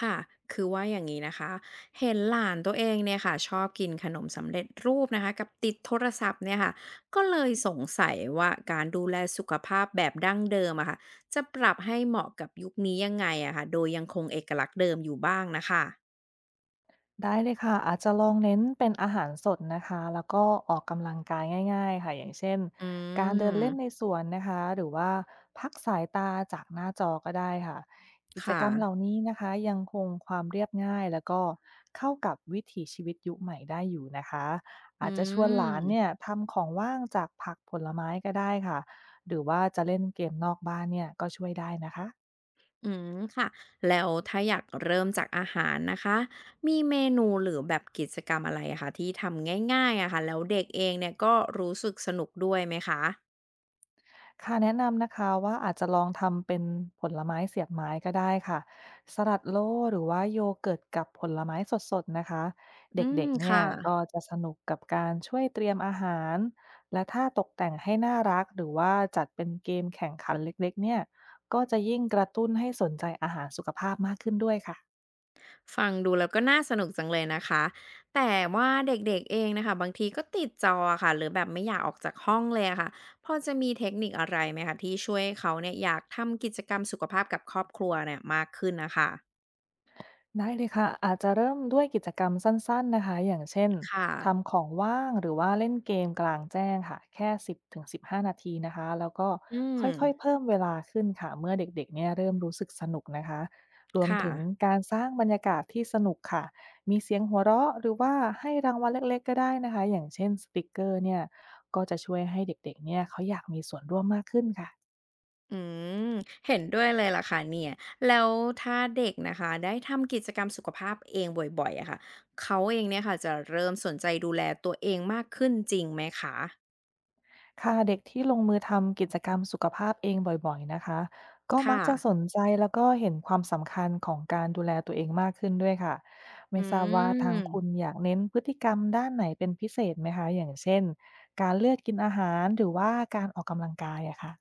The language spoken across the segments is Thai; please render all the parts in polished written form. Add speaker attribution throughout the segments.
Speaker 1: ค่ะคือว่าอย่างนี้นะคะ เห็นหลานตัวเองเนี่ยค่ะชอบกินขนมสำเร็จรูปนะคะกับติดโทรศัพท์เนี่ยค่ะก็เลยสงสัยว่าการดูแลสุขภาพแบบดั้งเดิมอะค่ะจะปรับให้เหมาะกับยุคนี้ยังไงอะค่ะโดยยังคงเอกลักษณ์เดิมอยู่บ้างนะคะ
Speaker 2: ได้เลยค่ะอาจจะลองเน้นเป็นอาหารสดนะคะแล้วก็ออกกำลังกายง่ายๆค่ะอย่างเช่น
Speaker 1: อื
Speaker 2: การเดินเล่นใน
Speaker 1: ม
Speaker 2: สวนนะคะหรือว่าพักสายตาจากหน้าจอก็ได้ค่ะกิจ
Speaker 1: ค่ะ
Speaker 2: กรรมเหล่านี้นะคะยังคงความเรียบง่ายแล้วก็เข้ากับวิถีชีวิตยุคใหม่ได้อยู่นะคะ
Speaker 1: อื
Speaker 2: อาจจะชวนหลานเนี่ย
Speaker 1: ม
Speaker 2: ทำของว่างจากผักผลไม้ก็ได้ค่ะหรือว่าจะเล่นเกมนอกบ้านเนี่ยก็ช่วยได้นะคะ
Speaker 1: อืม ค่ะแล้วถ้าอยากเริ่มจากอาหารนะคะมีเมนูหรือแบบกิจกรรมอะไรอะคะที่ทำง่ายๆอะค่ะแล้วเด็กเองเนี่ยก็รู้สึกสนุกด้วยไหมคะ
Speaker 2: ค่ะแนะนำนะคะว่าอาจจะลองทำเป็นผลไม้เสียบไม้ก็ได้ค่ะสลัดโลหรือว่าโยเกิร์ตกับผลไม้สดๆนะคะ
Speaker 1: อืม
Speaker 2: เด็กๆเนี่ย
Speaker 1: ค่ะ
Speaker 2: ก็จะสนุกกับการช่วยเตรียมอาหารและถ้าตกแต่งให้น่ารักหรือว่าจัดเป็นเกมแข่งขันเล็กๆเนี่ยก็จะยิ่งกระตุ้นให้สนใจอาหารสุขภาพมากขึ้นด้วยค่ะ
Speaker 1: ฟังดูแล้วก็น่าสนุกจังเลยนะคะแต่ว่าเด็กๆเองนะคะบางทีก็ติดจออะค่ะหรือแบบไม่อยากออกจากห้องเลยอะค่ะพอจะมีเทคนิคอะไรไหมคะที่ช่วยให้เขาเนี่ยอยากทำกิจกรรมสุขภาพกับครอบครัวเนี่ยมากขึ้นนะคะ
Speaker 2: ได้เลยค่ะอาจจะเริ่มด้วยกิจกรรมสั้นๆนะคะอย่างเช่น
Speaker 1: ค่ะ
Speaker 2: ทำของว่างหรือว่าเล่นเกมกลางแจ้งค่ะแค่สิบถึงสิบห1 5นาทีนะคะแล้วก็
Speaker 1: อืม
Speaker 2: ค่อยๆเพิ่มเวลาขึ้นค่ะเมื่อเด็กๆเนี่ยเริ่มรู้สึกสนุกนะคะรวม
Speaker 1: ค่ะ
Speaker 2: ถึงการสร้างบรรยากาศที่สนุกค่ะมีเสียงหัวเราะหรือว่าให้รางวัลเล็กๆก็ได้นะคะอย่างเช่นสติกเกอร์เนี่ยก็จะช่วยให้เด็กๆเนี่ยเขาอยากมีส่วนร่วมมากขึ้นค่ะ
Speaker 1: อืมเห็นด้วยเลยล่ะค่ะเนี่ยแล้วถ้าเด็กนะคะได้ทำกิจกรรมสุขภาพเองบ่อยๆอะค่ะเขาเองเนี่ยค่ะจะเริ่มสนใจดูแลตัวเองมากขึ้นจริงไหมคะ
Speaker 2: ค่ะเด็กที่ลงมือทำกิจกรรมสุขภาพเองบ่อยๆนะคะก็มั
Speaker 1: ค่ะ
Speaker 2: กจะสนใจแล้วก็เห็นความสำคัญของการดูแลตัวเองมากขึ้นด้วยค่ะ
Speaker 1: อื
Speaker 2: ไม่ทราบว่าทางคุณ
Speaker 1: ม
Speaker 2: อยากเน้นพฤติกรรมด้านไหนเป็นพิเศษไหมคะอย่างเช่นการเลือกกินอาหารหรือว่าการออกกำลังกายอะค่ะ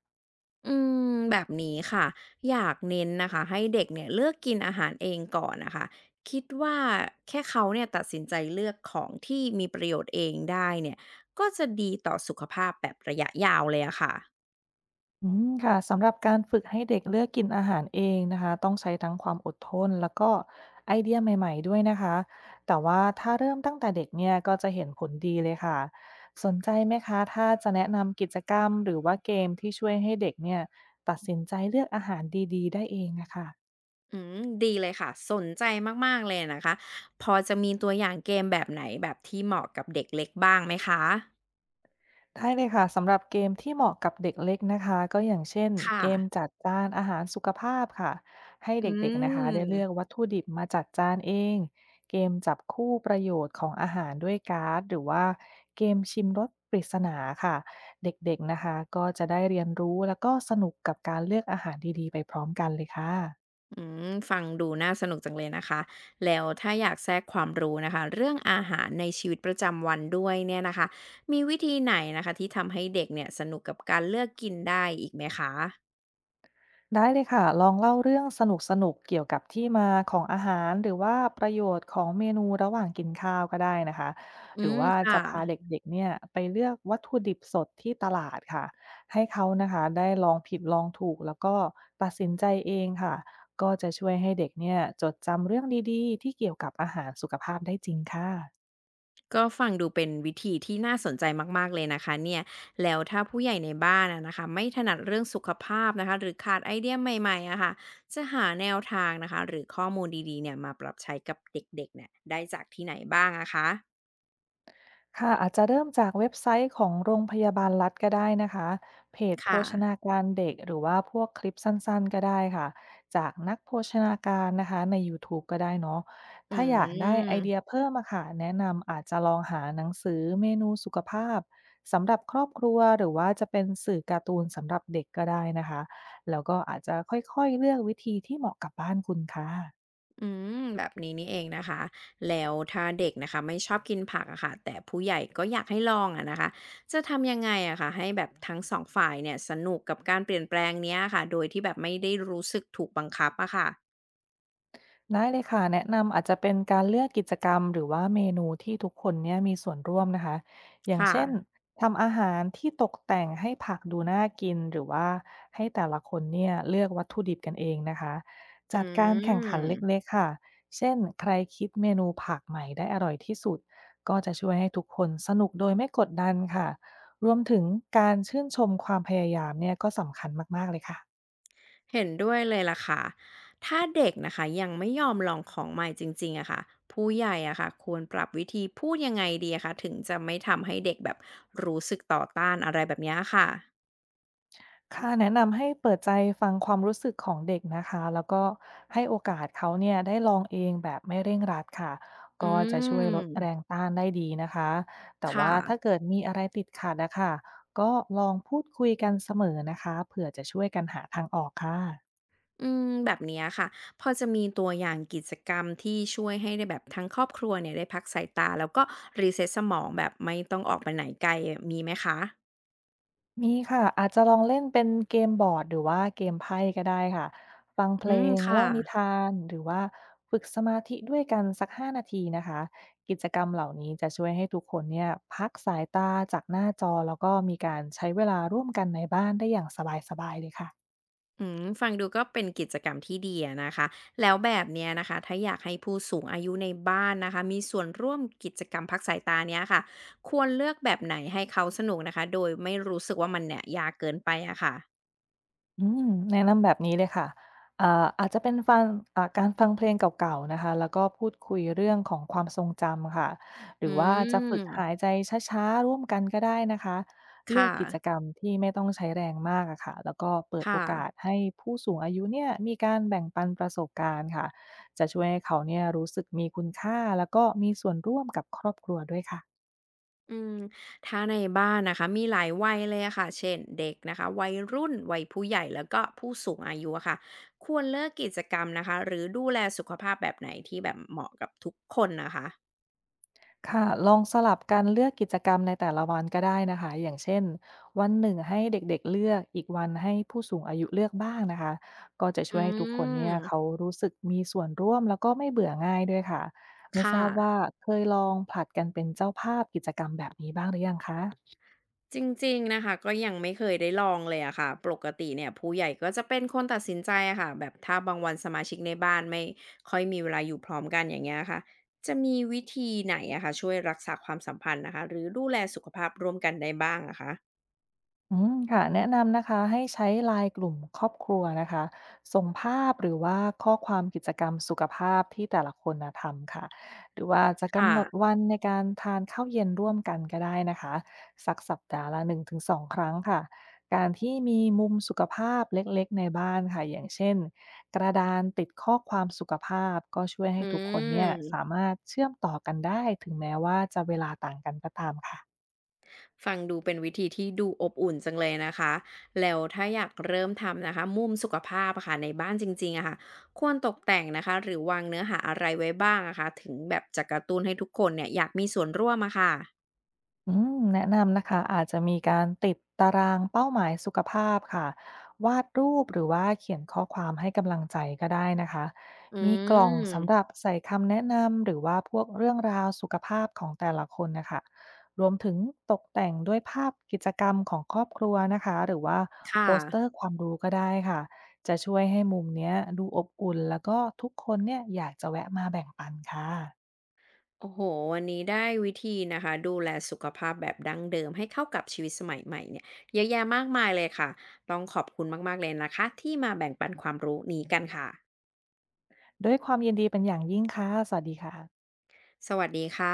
Speaker 1: อืมแบบนี้ค่ะอยากเน้นนะคะให้เด็กเนี่ยเลือกกินอาหารเองก่อนนะคะคิดว่าแค่เขาเนี่ยตัดสินใจเลือกของที่มีประโยชน์เองได้เนี่ยก็จะดีต่อสุขภาพแบบระยะยาวเลยอะค่ะ
Speaker 2: อืมค่ะสำหรับการฝึกให้เด็กเลือกกินอาหารเองนะคะต้องใช้ทั้งความอดทนแล้วก็ไอเดียใหม่ๆด้วยนะคะแต่ว่าถ้าเริ่มตั้งแต่เด็กเนี่ยก็จะเห็นผลดีเลยค่ะสนใจไหมคะถ้าจะแนะนำกิจกรรมหรือว่าเกมที่ช่วยให้เด็กเนี่ยตัดสินใจเลือกอาหารดีๆได้เองนะคะ
Speaker 1: อืม ดีเลยค่ะ สนใจมากๆเลยนะคะ พอจะมีตัวอย่างเกมแบบไหนแบบที่เหมาะกับเด็กเล็กบ้างไหมคะ
Speaker 2: ได้เลยค่ะสำหรับเกมที่เหมาะกับเด็กเล็กนะคะก็อย่างเช่น
Speaker 1: ค่ะ
Speaker 2: เกมจัดจานอาหารสุขภาพค่ะให้
Speaker 1: อื
Speaker 2: เด็กๆนะคะได้เลือก
Speaker 1: ม
Speaker 2: วัตถุดิบมาจัดจานเองเกมจับคู่ประโยชน์ของอาหารด้วยการ์ดหรือว่าเกมชิมรสปริศนาค่ะเด็กๆนะคะก็จะได้เรียนรู้แล้วก็สนุกกับการเลือกอาหารดีๆไปพร้อมกันเลยค่ะ
Speaker 1: อืมฟังดูน่าสนุกจังเลยนะคะแล้วถ้าอยากแทรกความรู้นะคะเรื่องอาหารในชีวิตประจำวันด้วยเนี่ยนะคะมีวิธีไหนนะคะที่ทำให้เด็กเนี่ยสนุกกับการเลือกกินได้อีกไหมคะ
Speaker 2: ได้เลยค่ะ ลองเล่าเรื่องสนุกๆเกี่ยวกับที่มาของอาหารหรือว่าประโยชน์ของเมนูระหว่างกินข้าวก็ได้นะคะ
Speaker 1: อื
Speaker 2: หรือ
Speaker 1: ม
Speaker 2: ว่า
Speaker 1: ค่ะ
Speaker 2: จะพาเด็กๆเนี่ยไปเลือกวัตถุดิบสดที่ตลาดค่ะ ให้เขานะคะได้ลองผิดลองถูกแล้วก็ตัดสินใจเองค่ะ ก็จะช่วยให้เด็กเนี่ยจดจำเรื่องดีๆที่เกี่ยวกับอาหารสุขภาพได้จริงค่ะ
Speaker 1: ก็ฟังดูเป็นวิธีที่น่าสนใจมากๆเลยนะคะเนี่ยแล้วถ้าผู้ใหญ่ในบ้านอะนะคะไม่ถนัดเรื่องสุขภาพนะคะหรือขาดไอเดียใหม่ๆอะค่ะจะหาแนวทางนะคะหรือข้อมูลดีๆเนี่ยมาปรับใช้กับเด็กๆเนี่ยได้จากที่ไหนบ้างอะคะ
Speaker 2: ค่ะอาจจะเริ่มจากเว็บไซต์ของโรงพยาบาลรัฐก็ได้นะคะเพจโภ
Speaker 1: ค่ะ
Speaker 2: ชนาการเด็กหรือว่าพวกคลิปสั้นๆก็ได้ค่ะจากนักโภชนาการนะคะใน YouTube ก็ได้เนาะ
Speaker 1: อื
Speaker 2: ถ้าอยากได้ไอเดีย
Speaker 1: ม
Speaker 2: เพิ่มอะค่ะแนะนำอาจจะลองหาหนังสือเมนูสุขภาพสำหรับครอบครัวหรือว่าจะเป็นสื่อการ์ตูนสำหรับเด็กก็ได้นะคะแล้วก็อาจจะค่อยๆเลือกวิธีที่เหมาะกับบ้านคุณค่ะ
Speaker 1: อืมแบบนี้นี่เองนะคะแล้วถ้าเด็กนะคะไม่ชอบกินผักอะค่ะแต่ผู้ใหญ่ก็อยากให้ลองอะนะคะจะทำยังไงอะค่ะให้แบบทั้งสองฝ่ายเนี่ยสนุกกับการเปลี่ยนแปลงเนี้ยค่ะโดยที่แบบไม่ได้รู้สึกถูกบังคับอะค่ะ
Speaker 2: ได้เลยค่ะแนะนำอาจจะเป็นการเลือกกิจกรรมหรือว่าเมนูที่ทุกคนเนี่ยมีส่วนร่วมนะคะอย่างเช่น
Speaker 1: ค่ะ
Speaker 2: ทำอาหารที่ตกแต่งให้ผักดูน่ากินหรือว่าให้แต่ละคนเนี่ยเลือกวัตถุดิบกันเองนะคะ
Speaker 1: อื
Speaker 2: จัดการแข่งขันเ
Speaker 1: ม
Speaker 2: ล็กๆค่ะเช่นใครคิดเมนูผักใหม่ได้อร่อยที่สุดก็จะช่วยให้ทุกคนสนุกโดยไม่กดดันค่ะรวมถึงการชื่นชมความพยายามเนี่ยก็สำคัญมากๆเลยค่ะ
Speaker 1: เห็นด้วยเลยล่ะค่ะถ้าเด็กนะคะยังไม่ยอมลองของใหม่จริงๆอะค่ะผู้ใหญ่อะค่ะควรปรับวิธีพูดยังไงดีอะคะถึงจะไม่ทำให้เด็กแบบรู้สึกต่อต้านอะไรแบบเนี้ยค่ะ
Speaker 2: ค่ะแนะนำให้เปิดใจฟังความรู้สึกของเด็กนะคะแล้วก็ให้โอกาสเขาเนี่ยได้ลองเองแบบไม่เร่งรัดค่ะ
Speaker 1: อื
Speaker 2: ก็จะช่วยลดแรง
Speaker 1: ม
Speaker 2: ต้านได้ดีนะคะแต่
Speaker 1: ค
Speaker 2: ว่าถ้า
Speaker 1: ่ะ
Speaker 2: เกิดมีอะไรติดขัดนะคะก็ลองพูดคุยกันเสมอนะคะเผื่อจะช่วยกันหาทางออกค่ะ
Speaker 1: อืมแบบเนี้ยค่ะพอจะมีตัวอย่างกิจกรรมที่ช่วยให้ได้แบบทั้งครอบครัวเนี่ยได้พักสายตาแล้วก็ re ซ็ตสมองแบบไม่ต้องออกไปไหนไกลมีไหมคะ
Speaker 2: มีค่ะอาจจะลองเล่นเป็นเกมบอร์ดหรือว่าเกมไพ่ก็ได้ค่ะฟังเพ
Speaker 1: อื
Speaker 2: ล
Speaker 1: ม
Speaker 2: ง
Speaker 1: ค่ะ
Speaker 2: เล่านิทานหรือว่าฝึกสมาธิด้วยกันสัก5นาทีนะคะกิจกรรมเหล่านี้จะช่วยให้ทุกคนเนี่ยพักสายตาจากหน้าจอแล้วก็มีการใช้เวลาร่วมกันในบ้านได้อย่างสบายๆเลยค่ะ
Speaker 1: อืมฟังดูก็เป็นกิจกรรมที่ดีอะนะคะแล้วแบบเนี้ยนะคะถ้าอยากให้ผู้สูงอายุในบ้านนะคะมีส่วนร่วมกิจกรรมพักสายตาเนี้ยค่ะควรเลือกแบบไหนให้เขาสนุกนะคะโดยไม่รู้สึกว่ามันเนี่ยยากเกินไปอะค่ะ
Speaker 2: อืมแนะนำแบบนี้เลยค่ะอ่าอาจจะเป็นฟังอ่าการฟังเพลงเก่าๆนะคะแล้วก็พูดคุยเรื่องของความทรงจำค่ะห
Speaker 1: อื
Speaker 2: รือว่าจะฝึก
Speaker 1: ม
Speaker 2: หายใจช้าๆร่วมกันก็ได้นะคะเลือ
Speaker 1: ค่ะ
Speaker 2: กกิจกรรมที่ไม่ต้องใช้แรงมากอะค่ะแล้วก็เปิดโอ
Speaker 1: ค่ะ
Speaker 2: กาสให้ผู้สูงอายุเนี่ยมีการแบ่งปันประสบการณ์ค่ะจะช่วยให้เขาเนี่ยรู้สึกมีคุณค่าแล้วก็มีส่วนร่วมกับครอบครัวด้วยค่ะ
Speaker 1: อืมถ้าในบ้านนะคะมีหลายวัยเลยอะค่ะเช่นเด็กนะคะวัยรุ่นวัยผู้ใหญ่แล้วก็ผู้สูงอายุอะค่ะควรเลือกกิจกรรมนะคะหรือดูแลสุขภาพแบบไหนที่แบบเหมาะกับทุกคนนะคะ
Speaker 2: ค่ะลองสลับกันเลือกกิจกรรมในแต่ละวันก็ได้นะคะอย่างเช่นวันหนึ่งให้เด็กๆเลือกอีกวันให้ผู้สูงอายุเลือกบ้างนะคะก็จะ
Speaker 1: อื
Speaker 2: ช่วยให้ทุกคนเนี่ยเขา
Speaker 1: ม
Speaker 2: รู้สึกมีส่วนร่วมแล้วก็ไม่เบื่อง่ายด้วยค่ะไม่ท
Speaker 1: ค่ะ
Speaker 2: ราบว่าเคยลองผลัดกันเป็นเจ้าภาพกิจกรรมแบบนี้บ้างหรือยังคะ
Speaker 1: จริงๆนะคะก็ยังไม่เคยได้ลองเลยอะค่ะปกติเนี่ยผู้ใหญ่ก็จะเป็นคนตัดสินใจอะค่ะแบบถ้าบางวันสมาชิกในบ้านไม่ค่อยมีเวลาอยู่พร้อมกันอย่างเงี้ยค่ะจะมีวิธีไหนอะคะช่วยรักษาความสัมพันธ์นะคะหรือดูแลสุขภาพร่วมกันได้บ้างอะคะ
Speaker 2: อืมค่ะแนะนำนะคะให้ใช้ไลายกลุ่มครอบครัวนะคะส่งภาพหรือว่าข้อความกิจกรรมสุขภาพที่แต่ละคนนะทำค่ะหรือว่าจะกำ
Speaker 1: ค่ะ
Speaker 2: หนดวันในการทานข้าวเย็นร่วมกันก็ได้นะคะสักสัปดาห์ละ1-2ครั้งค่ะการที่มีมุมสุขภาพเล็กๆในบ้านค่ะอย่างเช่นกระดานติดข้อความสุขภาพก็ช่วย
Speaker 1: อื
Speaker 2: ให้ทุกคนเนี่ยสา
Speaker 1: ม
Speaker 2: มารถเชื่อมต่อกันได้ถึงแม้ว่าจะเวลาต่างกันก็ตามค่ะ
Speaker 1: ฟังดูเป็นวิธีที่ดูอบอุ่นจังเลยนะคะ แล้วถ้าอยากเริ่มทำนะคะมุมสุขภาพอะค่ะในบ้านจริงๆอะค่ะควรตกแต่งนะคะหรือวางเนื้อหาอะไรไว้บ้างอะคะถึงแบบจะกระตุ้นให้ทุกคนเนี่ยอยากมีส่วนร่วมอะค่ะ
Speaker 2: อืมแนะนำนะคะอาจจะมีการติดตารางเป้าหมายสุขภาพค่ะวาดรูปหรือว่าเขียนข้อความให้กำลังใจก็ได้นะคะ
Speaker 1: อื
Speaker 2: มีกล่องสำหรั
Speaker 1: ม
Speaker 2: บใส่คำแนะนำหรือว่าพวกเรื่องราวสุขภาพของแต่ละคนนะคะรวมถึงตกแต่งด้วยภาพกิจกรรมของครอบครัวนะคะหรือว่าโป
Speaker 1: ค่ะ
Speaker 2: สเตอร์ความรู้ก็ได้ค่ะจะช่วยให้มุมเนี้ยดูอบอุ่นแล้วก็ทุกคนเนี่ยอยากจะแวะมาแบ่งปันค่ะ
Speaker 1: โอ้โหวันนี้ได้วิธีนะคะดูแลสุขภาพแบบดั้งเดิมให้เข้ากับชีวิตสมัยใหม่เนี่ยเยอะแยะมากมายเลยค่ะต้องขอบคุณมากๆเลยนะคะที่มาแบ่งปันความรู้นี้กันค่ะ
Speaker 2: ด้วยความยินดีเป็นอย่างยิ่งค่ะสวัสดีค่ะ
Speaker 1: สวัสดีค่ะ